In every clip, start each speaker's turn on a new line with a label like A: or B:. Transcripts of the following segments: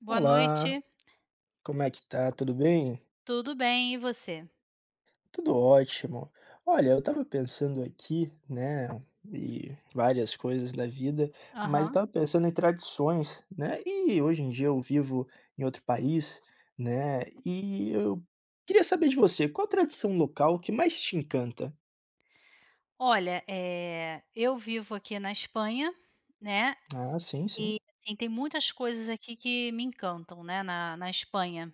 A: Boa
B: Olá,
A: noite,
B: como é que tá? Tudo bem?
A: tudo bem e você?
B: Tudo ótimo. Olha, eu estava pensando aqui, né, e várias coisas da vida, mas eu
A: Aham.
B: estava pensando em tradições, né? E hoje em dia eu vivo em outro país, né? E eu queria saber de você, qual a tradição local que mais te encanta?
A: Olha, eu vivo aqui na Espanha, né,
B: Ah, sim, sim.
A: e assim, tem muitas coisas aqui que me encantam, né, na Espanha,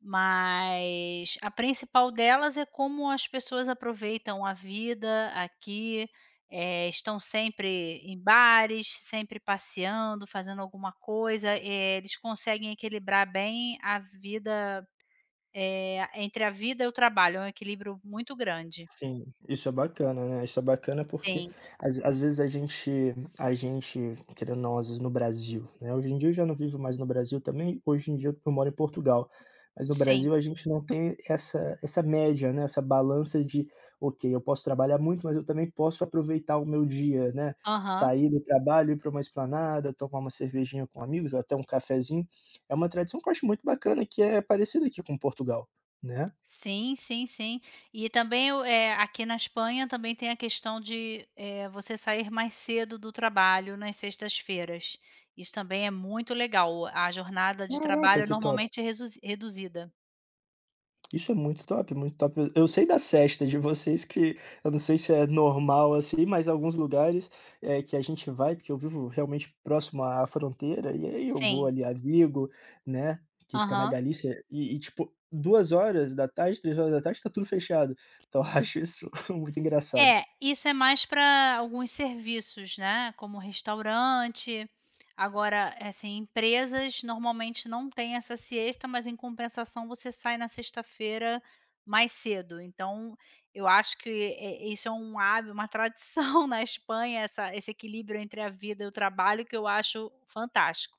A: mas a principal delas é como as pessoas aproveitam a vida aqui, estão sempre em bares, sempre passeando, fazendo alguma coisa, eles conseguem equilibrar bem a vida. Entre a vida e o trabalho, é um equilíbrio muito grande.
B: Sim, isso é bacana, né, isso é bacana porque
A: Sim,
B: às vezes a gente, querendo ou não, às vezes no Brasil, né, hoje em dia eu já não vivo mais no Brasil também, hoje em dia eu moro em Portugal, mas no
A: sim.
B: Brasil a gente não tem essa média, né, essa balança de: "Ok, eu posso trabalhar muito, mas eu também posso aproveitar o meu dia", né,
A: Aham.
B: sair do trabalho, ir pra uma esplanada, tomar uma cervejinha com amigos ou até um cafezinho, é uma tradição que eu acho muito bacana que é parecida aqui com Portugal, né.
A: Sim, sim, sim. E também aqui na Espanha também tem a questão de, você sair mais cedo do trabalho nas sextas-feiras. Isso também é muito legal. A jornada de
B: Caraca,
A: trabalho
B: que top.
A: normalmente é resuzi reduzida.
B: Isso é muito top, muito top. Eu sei da sesta de vocês que eu não sei se é normal assim, mas alguns lugares, que a gente vai, porque eu vivo realmente próximo à fronteira, e aí eu vou
A: Sim.
B: ali a Vigo, né, que fica na
A: Aham.
B: Galícia, e tipo 2 horas da tarde, 3 horas da tarde tá tudo fechado. Então eu acho isso muito engraçado.
A: É, isso é mais para alguns serviços, né, como restaurante. Agora, é assim, empresas normalmente não têm essa siesta, mas em compensação você sai na sexta-feira mais cedo. Então, eu acho que, isso é um hábito, uma tradição na Espanha, essa esse equilíbrio entre a vida e o trabalho que eu acho fantástico.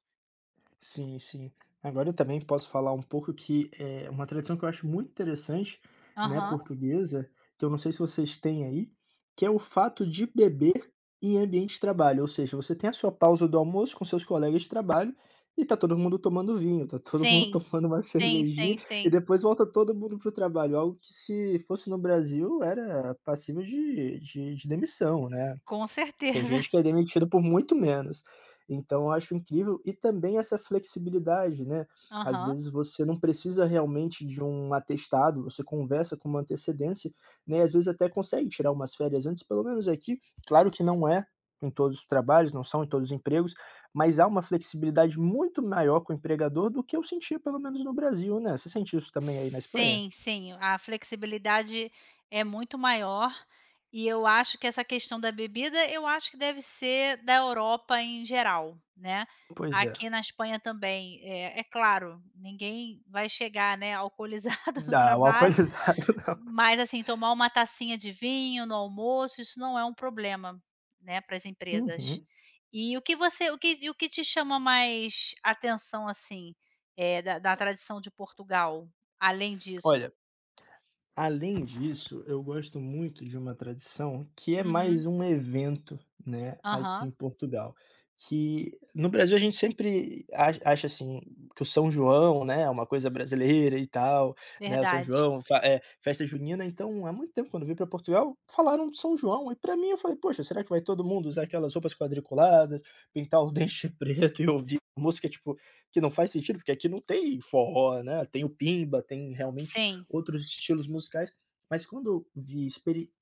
B: Sim, sim. Agora eu também posso falar um pouco que é uma tradição que eu acho muito interessante, né,
A: Aham.
B: portuguesa, que eu não sei se vocês têm aí, que é o fato de beber em ambiente de trabalho. Ou seja, você tem a sua pausa do almoço com seus colegas de trabalho e tá todo mundo tomando vinho, tá todo mundo
A: Sim,
B: tomando uma
A: sim,
B: cervejinha
A: sim,
B: e
A: sim.
B: depois volta todo mundo pro trabalho. Algo que se fosse no Brasil era passível de demissão, né?
A: Com
B: Tem
A: certeza.
B: gente que é demitido por muito menos. Então eu acho incrível e também essa flexibilidade, né, às
A: Aham.
B: vezes você não precisa realmente de um atestado, você conversa com uma antecedência, né, e às vezes até consegue tirar umas férias antes, pelo menos aqui, claro que não é em todos os trabalhos, não são em todos os empregos, mas há uma flexibilidade muito maior com o empregador do que eu sentia pelo menos no Brasil, né. Você sente isso também aí na Espanha?
A: Sim, sim, a flexibilidade é muito maior, e eu acho que essa questão da bebida, eu acho que deve ser da Europa em geral, né.
B: Pois é.
A: Aqui na Espanha também, é claro, ninguém vai chegar, né, alcoolizado no
B: Dá o
A: trabalho,
B: alcoolizado.
A: mas, assim, tomar uma tacinha de vinho no almoço, isso não é um problema, né, para as
B: Não.
A: empresas.
B: Uhum.
A: E o que você o que e o que te chama mais atenção, assim, é da tradição de Portugal, além disso que
B: Olha Além disso, eu gosto muito de uma tradição que é
A: uhum,
B: mais um evento, né, aqui
A: aham,
B: em Portugal, que no Brasil a gente sempre acha, assim, que o São João, né, é uma coisa brasileira e tal, né, o São
A: verdade.
B: João, festa junina, então há muito tempo quando eu vim para Portugal, falaram de São João e para mim eu falei: "Poxa, será que vai todo mundo usar aquelas roupas quadriculadas, pintar o dente preto e ouvir música, tipo, que não faz sentido?" Porque aqui não tem forró, né, tem o pimba, tem realmente
A: Sim,
B: outros estilos musicais, mas quando eu vi,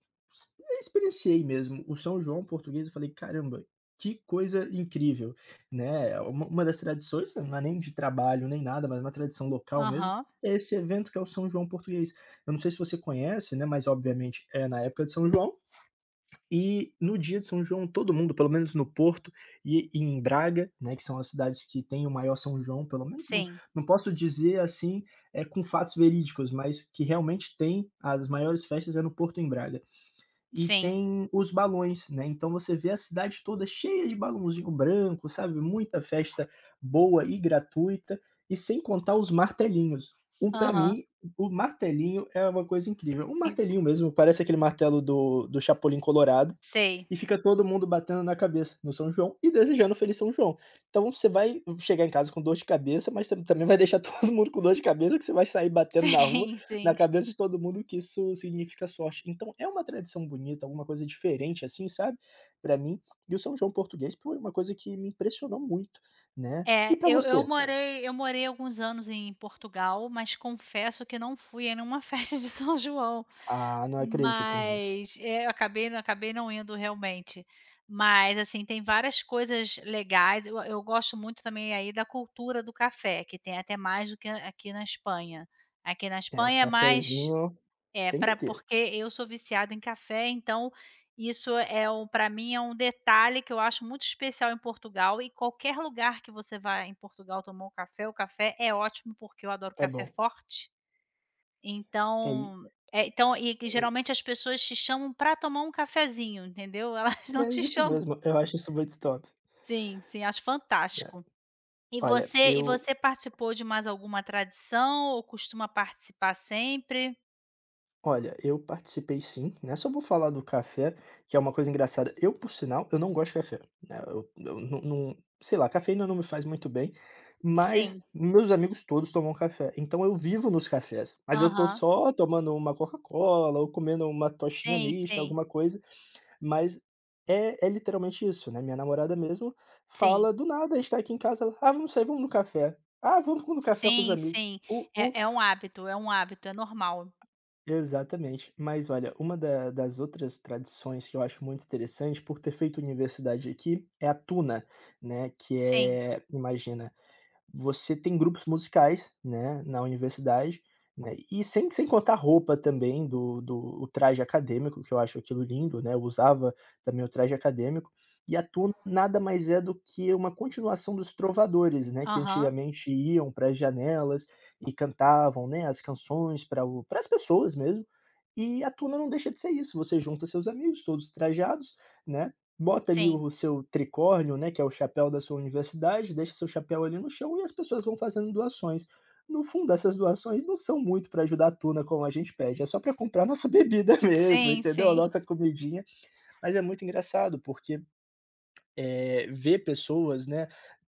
B: experienciei mesmo o São João português, eu falei: "Caramba, que coisa incrível", né. Uma das tradições, não é nem de trabalho nem nada, mas uma tradição local mesmo,
A: aham,
B: é esse evento que é o São João português. Eu não sei se você conhece, né, mas obviamente é na época de São João e no dia de São João, todo mundo, pelo menos no Porto e em Braga, né, que são as cidades que têm o maior São João, pelo menos não
A: sim,
B: não posso dizer assim, é com fatos verídicos, mas que realmente tem as maiores festas é no Porto e em Braga. E
A: sim,
B: tem os balões, né, então você vê a cidade toda cheia de balãozinho branco, sabe, muita festa boa e gratuita, e sem contar os martelinhos. Um para
A: aham,
B: mim, o martelinho é uma coisa incrível. Um
A: en
B: martelinho mesmo, parece aquele martelo do Chapolin Colorado,
A: sei,
B: e fica todo mundo batendo na cabeça no São João e desejando um feliz São João. Então você vai chegar em casa com dor de cabeça, mas você também vai deixar todo mundo com dor de cabeça, que você vai sair batendo na rua,
A: sim,
B: na
A: sim.
B: cabeça de todo mundo que isso significa sorte. Então é uma tradição bonita, alguma coisa diferente assim, sabe, pra mim. E o São João português foi uma coisa que me impressionou muito, né.
A: É,
B: E pra você?
A: eu morei alguns anos em Portugal, mas confesso que não fui a nenhuma festa de São João.
B: Ah, não acredito nisso.
A: Mas, eu acabei não indo realmente. Mas, assim, tem várias coisas legais. Eu gosto muito também aí da cultura do café, que tem até mais do que aqui na Espanha. Aqui na
B: É, o
A: Espanha é Entendi. Mais
B: cafezinho
A: é,
B: tem que
A: para
B: ter.
A: porque eu sou viciada em café, então isso é um para mim é um detalhe que eu acho muito especial em Portugal e qualquer lugar que você vá em Portugal tomar um café, o café é ótimo, porque eu adoro
B: É
A: café
B: bom.
A: forte.
B: É i
A: Então é, então e que
B: é
A: geralmente as pessoas te chamam para tomar um cafezinho, entendeu? Elas não
B: é
A: te
B: isso
A: chamam
B: mesmo, eu acho isso muito top,
A: sim, sim, acho
B: né.
A: fantástico. E
B: Olha,
A: você e
B: eu
A: você participou de mais alguma tradição ou costuma participar sempre?
B: Olha, eu participei sim, né, só vou falar do café, que é uma coisa engraçada. Eu, por sinal, eu não gosto de café, né, eu não sei lá, cafeína não me faz muito bem, mas
A: Sim.
B: meus amigos todos tomam café, então eu vivo nos cafés, mas eu tô
A: Aham.
B: só tomando uma Coca-Cola ou comendo uma tostinha
A: Sim,
B: mista,
A: sim.
B: alguma coisa, mas é é literalmente isso, né, minha namorada mesmo
A: Sim.
B: fala do nada, a gente tá aqui em casa, ela: "Ah, vamos sair, vamos no café. Ah, vamos no café com os
A: Sim,
B: amigos".
A: sim.
B: O
A: É é um hábito, é um hábito, é normal.
B: Exatamente. Mas olha, uma da das outras tradições que eu acho muito interessante, por ter feito universidade aqui, é a tuna, né, que
A: Sim.
B: é imagina, você tem grupos musicais, né, na universidade, né, e sem contar a roupa também do do o traje acadêmico, que eu acho aquilo lindo, né, eu usava também o traje acadêmico, e a tuna nada mais é do que uma continuação dos trovadores, né, que
A: Aham.
B: antigamente iam para as janelas e cantavam, né, as canções para o para as pessoas mesmo, e a tuna não deixa de ser isso, você junta seus amigos todos trajados, né, bota ali
A: Sim.
B: o seu tricórnio, né, que é o chapéu da sua universidade, deixa seu chapéu ali no chão e as pessoas vão fazendo doações. No fundo, essas doações não são muito para ajudar a tuna, como a gente pede, é só para comprar nossa bebida mesmo,
A: Sim,
B: entendeu, a
A: sim.
B: nossa comidinha. Mas é muito engraçado, porque ver pessoas, né,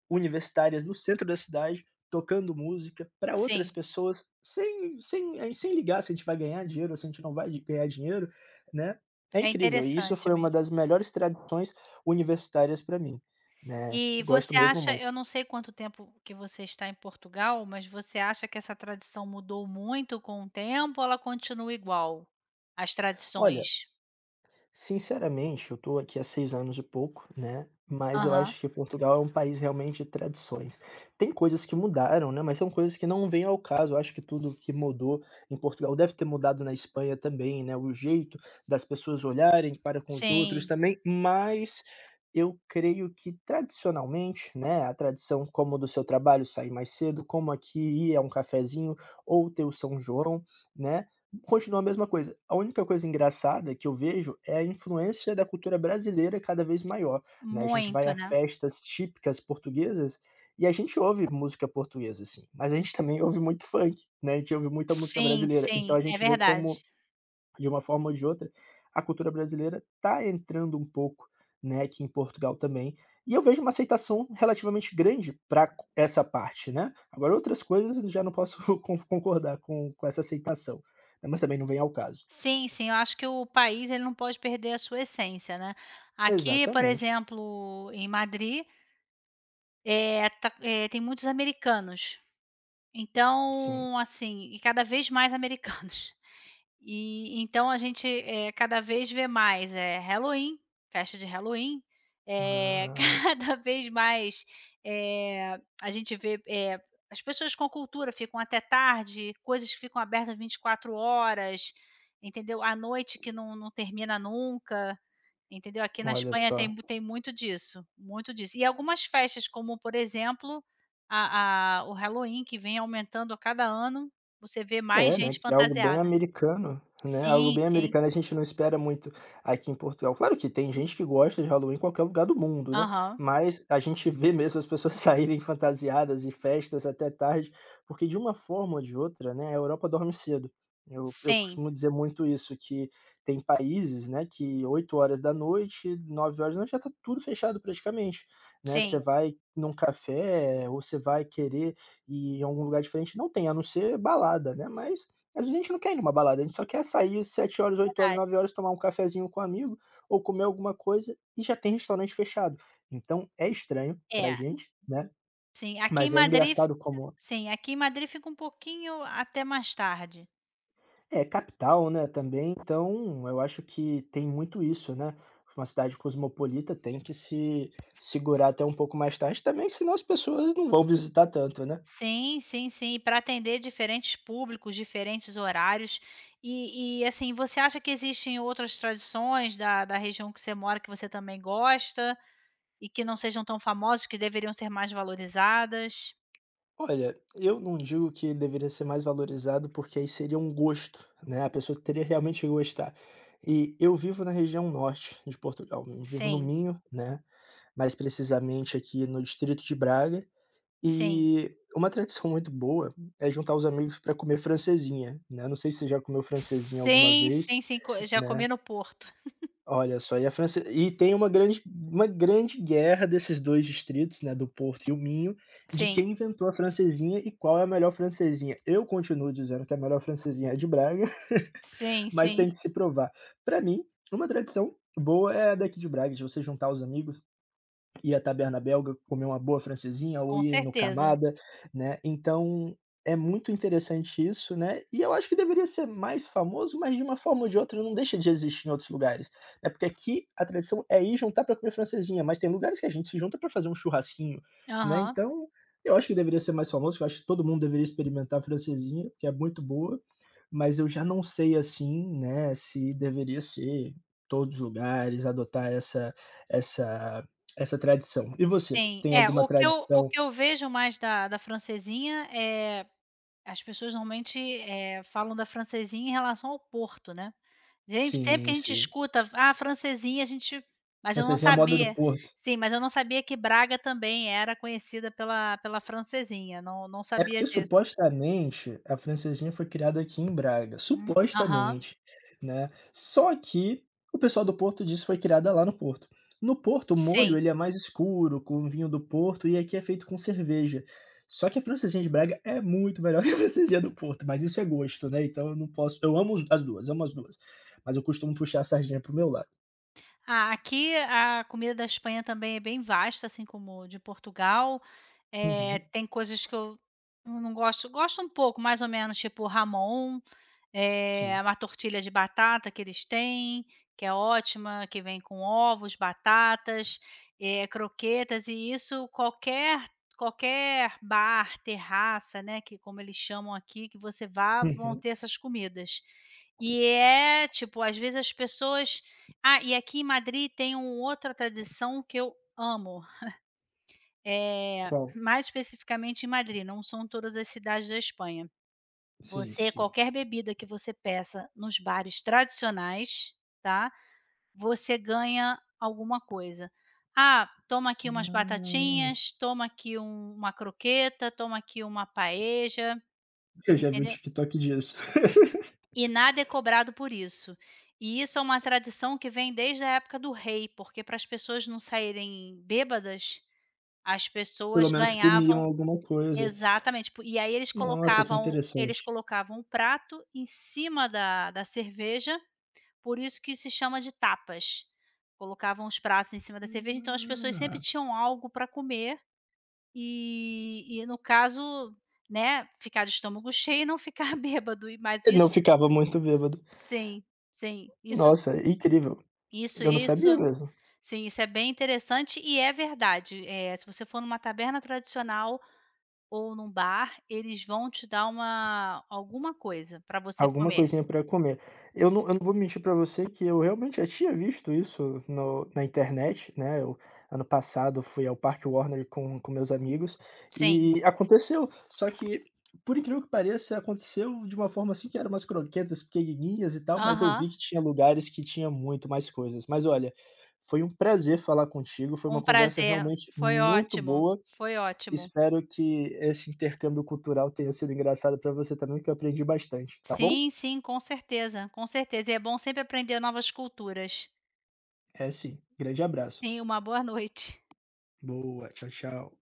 B: universitárias no centro da cidade tocando música para outras
A: Sim.
B: pessoas sem ligar se a gente vai ganhar dinheiro ou se a gente não vai di ganhar dinheiro, né, é
A: É
B: incrível e isso
A: interessante
B: foi uma
A: mesmo.
B: das melhores tradições universitárias para mim, né,
A: E
B: gosto
A: você
B: mesmo
A: acha, eu
B: muito.
A: não sei quanto tempo que você está em Portugal, mas você acha que essa tradição mudou muito com o tempo ou ela continua igual? As
B: Olha
A: tradições?
B: Sinceramente, eu estou aqui há 6 anos e pouco, né, mas eu
A: Aham.
B: acho que Portugal é um país realmente de tradições. Tem coisas que mudaram, né, mas são coisas que não vêm ao caso, eu acho que tudo que mudou em Portugal deve ter mudado na Espanha também, né, o jeito das pessoas olharem para com os outros
A: Sim,
B: também, mas eu creio que tradicionalmente, né, a tradição como do seu trabalho sair mais cedo, como aqui ir a um cafezinho ou ter o São João, né, continua a mesma coisa. A única coisa engraçada que eu vejo é a influência da cultura brasileira cada vez maior, né, a gente vai
A: muito,
B: a
A: né.
B: festas típicas portuguesas e a gente ouve música portuguesa, assim, mas a gente também ouve muito funk, né, a gente ouve muita música
A: Sim,
B: brasileira, então
A: sim,
B: a
A: é
B: gente vê
A: verdade.
B: como de uma forma ou de outra, a cultura brasileira está entrando um pouco, né, aqui em Portugal também. E eu vejo uma aceitação relativamente grande para essa parte, né. Agora outras coisas eu já não posso concordar com essa aceitação, né, mas também não vem ao caso.
A: Sim, sim, eu acho que o país ele não pode perder a sua essência, né. Aqui, por
B: Exatamente,
A: exemplo, em Madrid, tá tem muitos americanos,
B: sim.
A: então, assim, e cada vez mais americanos. E então a gente, cada vez vê mais, é Halloween, festa de Halloween, eh,
B: Ah,
A: cada vez mais, a gente vê, as pessoas com cultura ficam até tarde, coisas que ficam abertas 24 horas, entendeu? À noite que não termina nunca, entendeu? Aqui na
B: olha
A: Espanha tem
B: só.
A: mu tem muito disso, muito disso. E algumas festas como, por exemplo, a o Halloween que vem aumentando a cada ano, você vê mais
B: É, né,
A: gente
B: que é algo bem
A: fantasiada.
B: americano, né, algo
A: Sim,
B: bem
A: sim.
B: americano, a gente não espera muito aqui em Portugal. Claro que tem gente que gosta de Halloween em qualquer lugar do mundo, né,
A: Aham.
B: mas a gente vê mesmo as pessoas saírem fantasiadas e festas até tarde, porque de uma forma ou de outra, né, a Europa dorme cedo. Eu
A: Sim,
B: costumo dizer muito isso, que tem países, né, que 20h, 21h já tá tudo fechado praticamente, né,
A: sim,
B: você vai num café ou você vai querer e em algum lugar diferente não tem, a não ser balada, né, mas às vezes a gente não quer ir numa balada, a gente só quer sair 7 horas 8 horas
A: verdade.
B: 9 horas tomar um cafezinho com um amigo ou comer alguma coisa e já tem restaurante fechado. Então é estranho pra
A: É,
B: gente, né,
A: sim, aqui em
B: mas é
A: Madrid
B: engraçado como
A: sim, aqui em Madrid fica um pouquinho até mais tarde.
B: é capital, né, também, então eu acho que tem muito isso, né, uma cidade cosmopolita tem que se segurar até um pouco mais tarde também, senão as pessoas não vão visitar tanto, né.
A: Sim, sim, sim, e para atender diferentes públicos, diferentes horários. E, assim, você acha que existem outras tradições da região que você mora, que você também gosta e que não sejam tão famosas, que deveriam ser mais valorizadas?
B: Olha, eu não digo que deveria ser mais valorizado, porque aí seria um gosto, né, a pessoa teria realmente que gostar. E eu vivo na região norte de Portugal, eu vivo no
A: Sim,
B: Minho, né, mais precisamente aqui no distrito de Braga,
A: sim.
B: e uma tradição muito boa é juntar os amigos para comer francesinha, né, não sei se você já comeu francesinha alguma
A: Sim,
B: vez,
A: sim, sim, co já comi
B: né.
A: no Porto.
B: Olha só, e a França e tem uma grande guerra desses 2 distritos, né, do Porto e o Minho, de quem
A: Sim,
B: inventou a francesinha e qual é a melhor francesinha. Eu continuo dizendo que a melhor francesinha é a de Braga,
A: sim,
B: mas
A: sim.
B: tem que se provar. Para mim, uma tradição boa é a daqui de Braga, de você juntar os amigos ir à taberna belga, comer uma boa francesinha ou
A: Com
B: ir no
A: certeza.
B: Camada, né. Então é muito interessante isso, né, e eu acho que deveria ser mais famoso, mas de uma forma ou de outra não deixa de existir em outros lugares, né, porque aqui a tradição é ir juntar para comer francesinha, mas tem lugares que a gente se junta para fazer um churrasquinho, né.
A: Aham.
B: Então eu acho que deveria ser mais famoso, eu acho que todo mundo deveria experimentar a francesinha, que é muito boa, mas eu já não sei, assim, né, se deveria ser todos os lugares, adotar essa essa tradição. E você,
A: Sim.
B: tem
A: É,
B: alguma
A: o
B: tradição
A: que eu vejo mais da francesinha, é as pessoas normalmente, falam da francesinha em relação ao Porto, né. Gente, sempre que
B: sim,
A: a gente
B: sim.
A: escuta: "Ah, francesinha", a gente mas eu não
B: Francesinha à moda do
A: sabia
B: Porto.
A: sim, mas eu não sabia que Braga também era conhecida pela francesinha, não
B: É
A: sabia
B: porque
A: disso.
B: supostamente a francesinha foi criada aqui em Braga,
A: Aham,
B: supostamente, né. Só que o pessoal do Porto diz que foi criada lá no Porto. No Porto, o molho
A: sim.
B: ele é mais escuro, com vinho do Porto, e aqui é feito com cerveja. Só que a francesinha de Braga é muito melhor que a francesinha do Porto, mas isso é gosto, né, então eu não posso, eu amo as 2, amo as 2. Mas eu costumo puxar a sardinha para o meu lado.
A: Ah, aqui a comida da Espanha também é bem vasta, assim como de Portugal.
B: Uhum,
A: Tem coisas que eu não gosto gosto um pouco, mais ou menos, tipo Ramon,
B: sim.
A: uma tortilha de batata que eles têm, que é ótima, que vem com ovos, batatas, croquetas, e isso qualquer bar, terraça, né, que como eles chamam aqui, que você vá, vão
B: Uhum.
A: ter essas comidas. E é, tipo, às vezes as pessoas, ah, e aqui em Madrid tem uma outra tradição que eu amo.
B: Qual?
A: Mais especificamente em Madrid, não são todas as cidades da Espanha.
B: Sim,
A: Você
B: sim.
A: qualquer bebida que você peça nos bares tradicionais, tá, você ganha alguma coisa. "Ah, toma aqui umas
B: Hum,
A: batatinhas, toma aqui uma croqueta, toma aqui uma paella",
B: eu já vi um
A: entendeu?
B: TikTok disso.
A: E nada é cobrado por isso. E isso é uma tradição que vem desde a época do rei, porque para as pessoas não saírem bêbadas, as
B: Pelo
A: pessoas
B: menos comiam
A: ganhavam,
B: alguma coisa.
A: exatamente, tipo, e aí
B: Nossa, que
A: eles
B: interessante.
A: colocavam o prato em cima da cerveja, por isso que se chama de tapas. Colocavam os pratos em cima da cerveja, então as pessoas sempre
B: Ah,
A: tinham algo pra comer, e no caso, né, ficar de estômago cheio e não ficar bêbado, e mas
B: e não
A: isso
B: ficava muito bêbado.
A: sim, sim, isso
B: Nossa, incrível.
A: isso
B: Eu não sabia
A: isso
B: mesmo.
A: sim, isso é bem interessante e é verdade. Eh, se você for numa taberna tradicional ou num bar, eles vão te dar uma alguma coisa para você
B: Alguma
A: comer.
B: coisinha para comer. Eu não vou mentir para você que eu realmente já tinha visto isso no na internet, né, eu ano passado fui ao Parque Warner com meus amigos,
A: Sim.
B: e aconteceu, só que, por incrível que pareça, aconteceu de uma forma, assim, que era umas croquetas pequenininhas e tal, mas eu
A: Aham.
B: vi que tinha lugares que tinha muito mais coisas. Mas olha, foi um prazer falar contigo, foi uma
A: Um
B: conversa
A: prazer.
B: realmente
A: Foi
B: muito
A: ótimo,
B: boa,
A: foi ótimo.
B: espero que esse intercâmbio cultural tenha sido engraçado para você também, que eu aprendi bastante, tá bom?
A: Sim, sim, com certeza, com certeza. E é bom sempre aprender novas culturas.
B: É sim. Grande abraço.
A: Sim, uma boa noite.
B: Boa. Tchau, tchau.